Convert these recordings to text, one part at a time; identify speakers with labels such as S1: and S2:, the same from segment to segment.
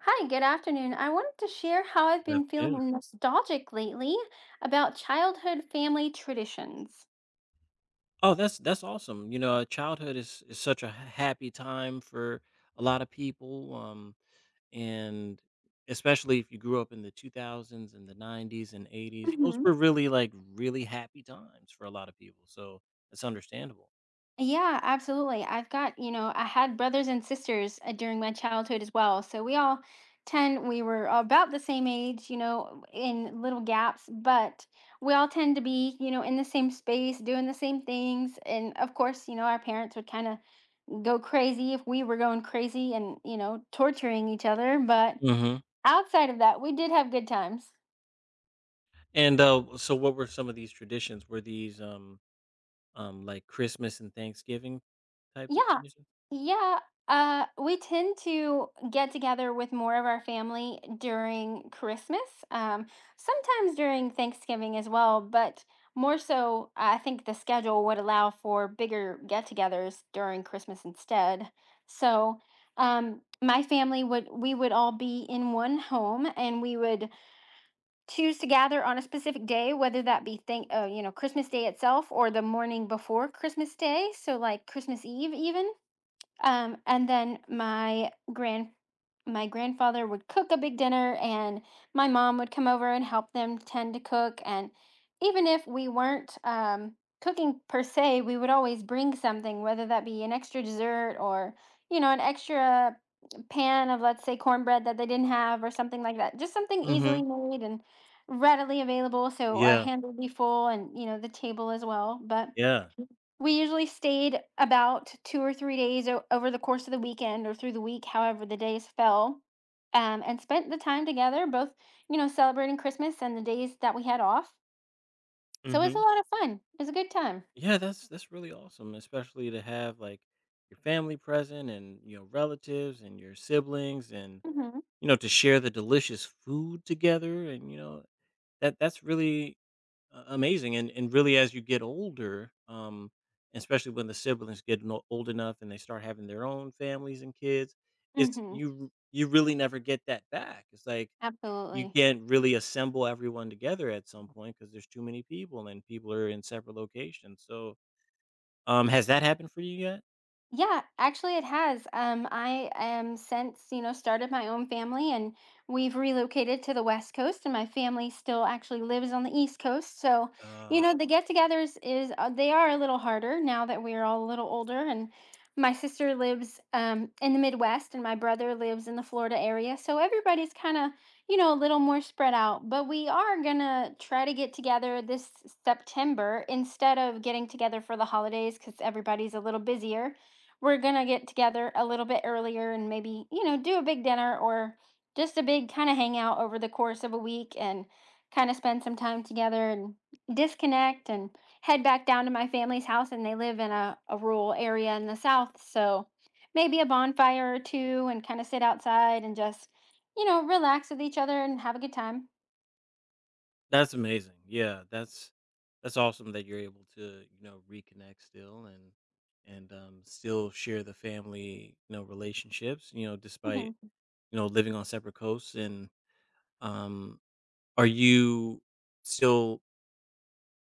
S1: Hi, good afternoon. I wanted to share how I've been
S2: Afternoon.
S1: feeling nostalgic lately about childhood family traditions.
S2: Oh, that's awesome. You know, childhood is such a happy time for a lot of people, and especially if you grew up in the 2000s and the 90s and 80s, those
S1: hmm
S2: were really like really happy times for a lot of people. So it's understandable.
S1: Yeah, absolutely. I've got, you know, I had brothers and sisters during my childhood as well. So we all 10, we were about the same age, you know, in little gaps, but we all tend to be, you know, in the same space, doing the same things. And of course, you know, our parents would kind of go crazy if we were going crazy and, you know, torturing each other. But
S2: hmm
S1: outside of that, we did have good times.
S2: And what were some of these traditions? Were these like Christmas and Thanksgiving types of
S1: Yeah,
S2: traditions?
S1: yeah. We tend to get together with more of our family during Christmas, sometimes during Thanksgiving as well, but more so, I think the schedule would allow for bigger get-togethers during Christmas instead. So, my family would we would all be in one home, and we would choose to gather on a specific day, whether that be thank you know, Christmas Day itself or the morning before Christmas Day, so like Christmas Eve even. And then my grandfather would cook a big dinner, and my mom would come over and help them tend to cook. And even if we weren't cooking per se, we would always bring something, whether that be an extra dessert or, you know, an extra pan of, let's say, cornbread that they didn't have, or something like that, just something easily
S2: hmm
S1: made and readily available, so our
S2: Yeah,
S1: hands would be full and, you know, the table as well. But
S2: yeah.
S1: we usually stayed about 2 or 3 days o over the course of the weekend or through the week, however the days fell, and spent the time together, both, you know, celebrating Christmas and the days that we had off. So, it's a lot of fun. It's a good time.
S2: Yeah, that's really awesome, especially to have like your family present, and you know, relatives and your siblings, and
S1: Mhm.
S2: you know, to share the delicious food together. And you know, that that's really amazing. And really, as you get older, um, especially when the siblings get old enough and they start having their own families and kids, it's
S1: Mhm.
S2: you really never get that back. It's like you
S1: Absolutely.
S2: can't really assemble everyone together at some point because there's too many people and people are in separate locations. So, has that happened for you yet?
S1: Yeah, actually it has. I am, since, you know, started my own family, and we've relocated to the West Coast, and my family still actually lives on the East Coast. So, you
S2: Uh,
S1: know, the get-togethers is they are a little harder now that we're all a little older, and my sister lives in the Midwest, and my brother lives in the Florida area. So everybody's kind of, you know, a little more spread out, but we are gonna try to get together this September instead of getting together for the holidays, because everybody's a little busier. We're gonna get together a little bit earlier and maybe, you know, do a big dinner or just a big kind of hangout over the course of a week, and kind of spend some time together and disconnect, and head back down to my family's house. And they live in a rural area in the South, so maybe a bonfire or two, and kind of sit outside and just, you know, relax with each other and have a good time.
S2: that's amazing. Yeah, that's awesome that you're able to, you know, reconnect still, and and still share the family, you know, relationships, you know, despite,
S1: Mhm.
S2: you know, living on separate coasts. And um are you still,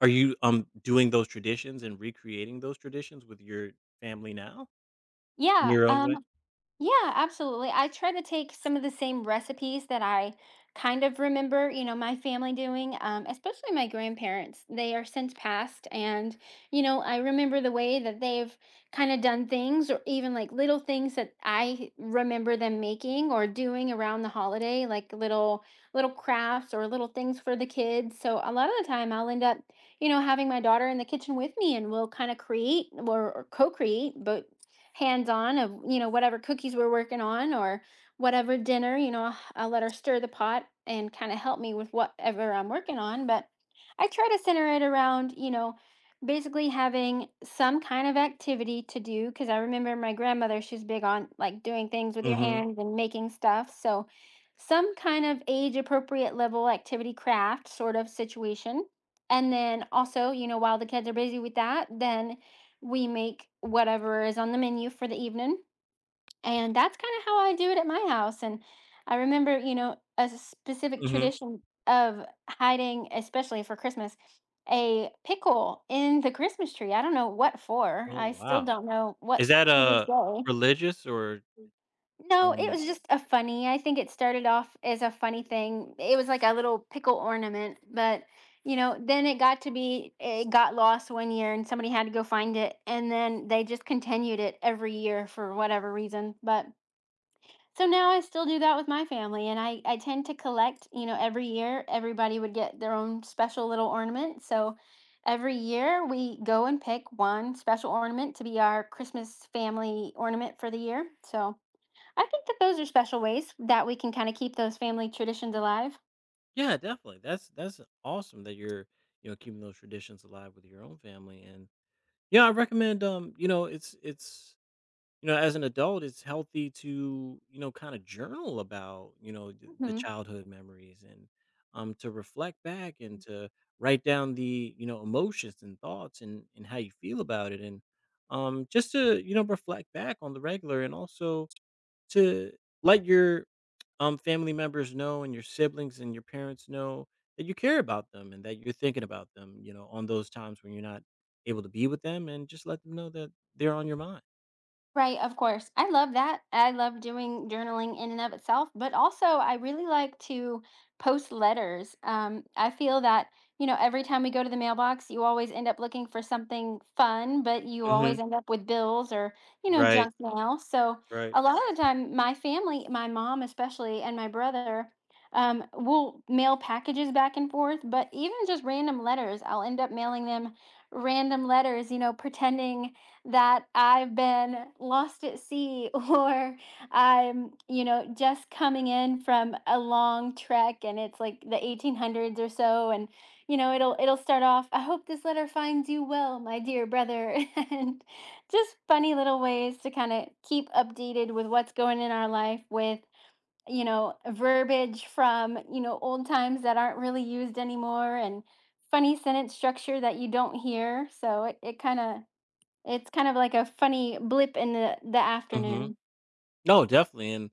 S2: are you, um, doing those traditions and recreating those traditions with your family now in
S1: yeah
S2: your own way?
S1: um Yeah, absolutely. I try to take some of the same recipes that I kind of remember, you know, my family doing, especially my grandparents. They are since passed, and, you know, I remember the way that they've kind of done things, or even like little things that I remember them making or doing around the holiday, like little crafts or little things for the kids. So a lot of the time, I'll end up, you know, having my daughter in the kitchen with me, and we'll kind of create or co-create, but hands-on, of, you know, whatever cookies we're working on or whatever dinner, you know, let her stir the pot and kind of help me with whatever I'm working on. But I try to center it around, you know, basically having some kind of activity to do, because I remember my grandmother, she's big on, like, doing things with your
S2: Mhm.
S1: hands and making stuff. So some kind of age appropriate level activity, craft sort of situation, and then also, you know, while the kids are busy with that, then we make whatever is on the menu for the evening. And that's kind of how I do it at my house. And I remember, you know, a specific
S2: Mhm.
S1: tradition of hiding, especially for Christmas, a pickle in the Christmas tree. I don't know what for.
S2: Oh,
S1: I still
S2: wow.
S1: don't know, what,
S2: Is that
S1: to this
S2: a
S1: day.
S2: religious or—
S1: No, it
S2: Um,
S1: was just a funny, I think it started off as a funny thing. It was like a little pickle ornament, but, you know, then it got to be, it got lost one year and somebody had to go find it, and then they just continued it every year for whatever reason. But so now I still do that with my family, and I tend to collect, you know, every year, everybody would get their own special little ornament. So every year we go and pick one special ornament to be our Christmas family ornament for the year. So I think that those are special ways that we can kinda keep those family traditions alive.
S2: yeah, definitely. That's awesome that you're, you know, keeping those traditions alive with your own family. And Yeah, I recommend. You know, it's you know, as an adult, it's healthy to, you know, kind of journal about, you know, the
S1: Mhm.
S2: childhood memories, and um, to reflect back and to write down the, you know, emotions and thoughts and how you feel about it, and um, just to, you know, reflect back on the regular, and also to let your, family members know, and your siblings and your parents know that you care about them and that you're thinking about them, you know, on those times when you're not able to be with them, and just let them know that they're on your mind.
S1: Right, of course. I love that. I love doing journaling in and of itself, but also I really like to post letters. I feel that, you know, every time we go to the mailbox, you always end up looking for something fun, but you
S2: hmm
S1: always end up with bills or, you know,
S2: Right.
S1: junk mail. So
S2: Right.
S1: a lot of the time, my family, my mom especially, and my brother, will mail packages back and forth, but even just random letters, I'll end up mailing them random letters, you know, pretending that I've been lost at sea or I'm, you know, just coming in from a long trek and it's like the 1800s or so, and, you know, it'll start off, "I hope this letter finds you well, my dear brother" and just funny little ways to kind of keep updated with what's going in our life, with, you know, verbiage from, you know, old times that aren't really used anymore, and funny sentence structure that you don't hear. So it kind of, it's kind of like a funny blip in the
S2: hmm
S1: afternoon.
S2: No, definitely. And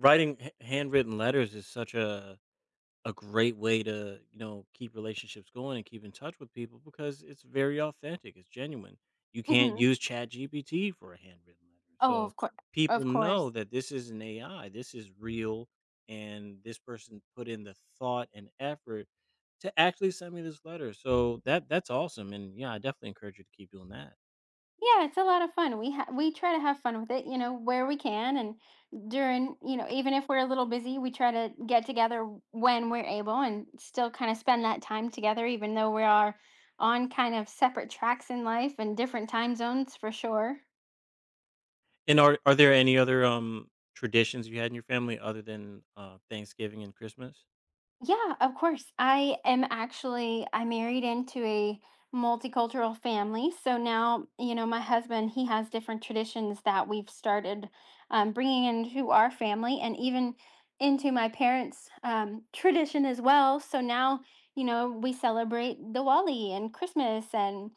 S2: writing handwritten letters is such a great way to, you know, keep relationships going and keep in touch with people, because it's very authentic, it's genuine. You can't
S1: Mhm.
S2: use chat gpt for a handwritten letter,
S1: Oh,
S2: so
S1: of course,
S2: people
S1: of
S2: know
S1: course.
S2: that this is an ai, this is real, and this person put in the thought and effort to actually send me this letter. So that's awesome, and yeah, I definitely encourage you to keep doing that.
S1: Yeah, it's a lot of fun. We try to have fun with it, you know, where we can, and during, you know, even if we're a little busy, we try to get together when we're able, and still kind of spend that time together, even though we are on kind of separate tracks in life and different time zones for sure.
S2: And Are there any other, um, traditions you had in your family other than thanksgiving and christmas?
S1: Yeah, of course. I am actually I married into a multicultural family. So now, you know, my husband, he has different traditions that we've started bringing into our family, and even into my parents' tradition as well. So now, you know, we celebrate Diwali and Christmas, and,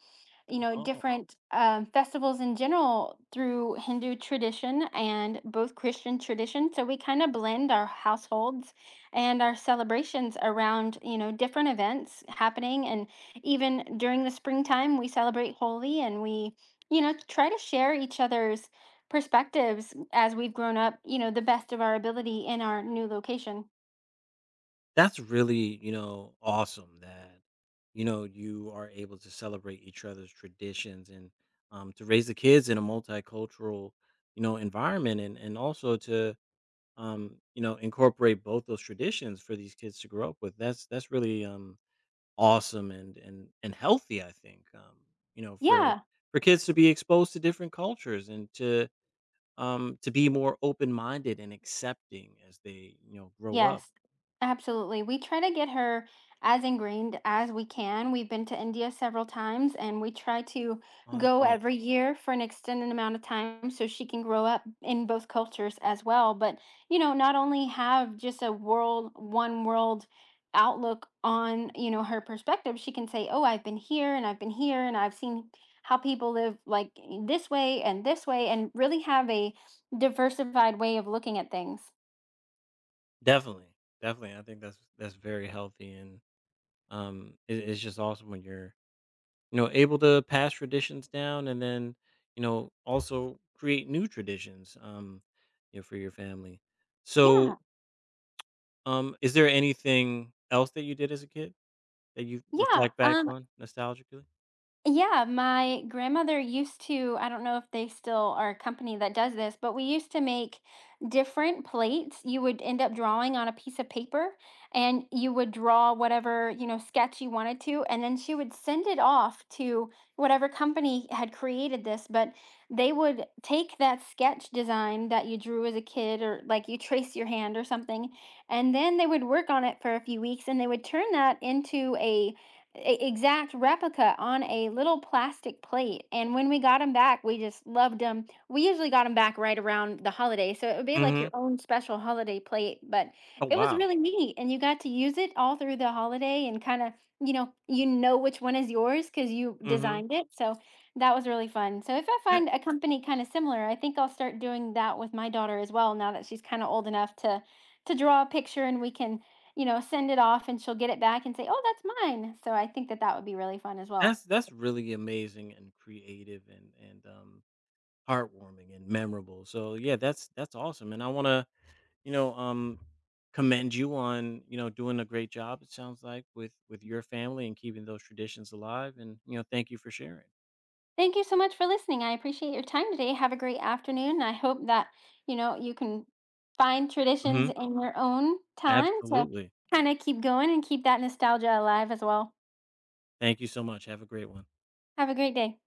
S1: you know, different festivals in general, through Hindu tradition and both Christian tradition. So we kind of blend our households and our celebrations around, you know, different events happening. And even during the springtime we celebrate holy and we, you know, try to share each other's perspectives, as we've grown up, you know, the best of our ability in our new location.
S2: That's really, you know, awesome that, you know, you are able to celebrate each other's traditions, and to raise the kids in a multicultural, you know, environment. And Also to, you know, incorporate both those traditions for these kids to grow up with. That's really, awesome, and healthy, I think, you know,
S1: yeah
S2: for kids to be exposed to different cultures, and to be more open-minded and accepting as they, you know, grow up.
S1: Yes, absolutely. We try to get her as ingrained as we can. We've been to India several times and we try to
S2: Oh, that's
S1: go every
S2: awesome.
S1: year for an extended amount of time, so she can grow up in both cultures as well. But, you know, not only have just one world outlook on, you know, her perspective, she can say, "Oh, I've been here and I've been here, and I've seen how people live, like, this way," and really have a diversified way of looking at things.
S2: Definitely, definitely. I think that's very healthy, and it's just awesome when you're, you know, able to pass traditions down, and then, you know, also create new traditions, you know, for your family. So,
S1: Yeah.
S2: is there anything else that you did as a kid that you
S1: Yeah,
S2: reflect back
S1: um,
S2: on nostalgically?
S1: yeah, my grandmother used to, I don't know if they still are a company that does this, but we used to make different plates. You would end up drawing on a piece of paper, and you would draw whatever, you know, sketch you wanted to, and then she would send it off to whatever company had created this. But they would take that sketch design that you drew as a kid, or like you trace your hand or something, and then they would work on it for a few weeks, and they would turn that into a exact replica on a little plastic plate. And when we got them back, we just loved them. We usually got them back right around the holiday. So it would be like
S2: Mm-hmm.
S1: your own special holiday plate, but
S2: Oh,
S1: it was
S2: wow.
S1: really neat. And you got to use it all through the holiday and kind of, you know which one is yours because you
S2: Mm-hmm.
S1: designed it. So that was really fun. So if I
S2: That
S1: find a company kind of similar, I think I'll start doing that with my daughter as well, now that she's kind of old enough to draw a picture, and we can, you know, send it off and she'll get it back and say, "Oh, that's mine." So I think that that would be really fun as well.
S2: that's really amazing and creative, and um, heartwarming and memorable. So yeah, that's awesome, and I want to, you know, commend you on, you know, doing a great job. It sounds like, with your family and keeping those traditions alive. And you know, thank you for sharing.
S1: Thank you so much for listening. I appreciate your time today. Have a great afternoon. I hope that, you know, you can find traditions
S2: hmm
S1: in your own time to
S2: Absolutely.
S1: kind of keep going and keep that nostalgia alive as well.
S2: Thank you so much. Have a great one.
S1: Have a great day.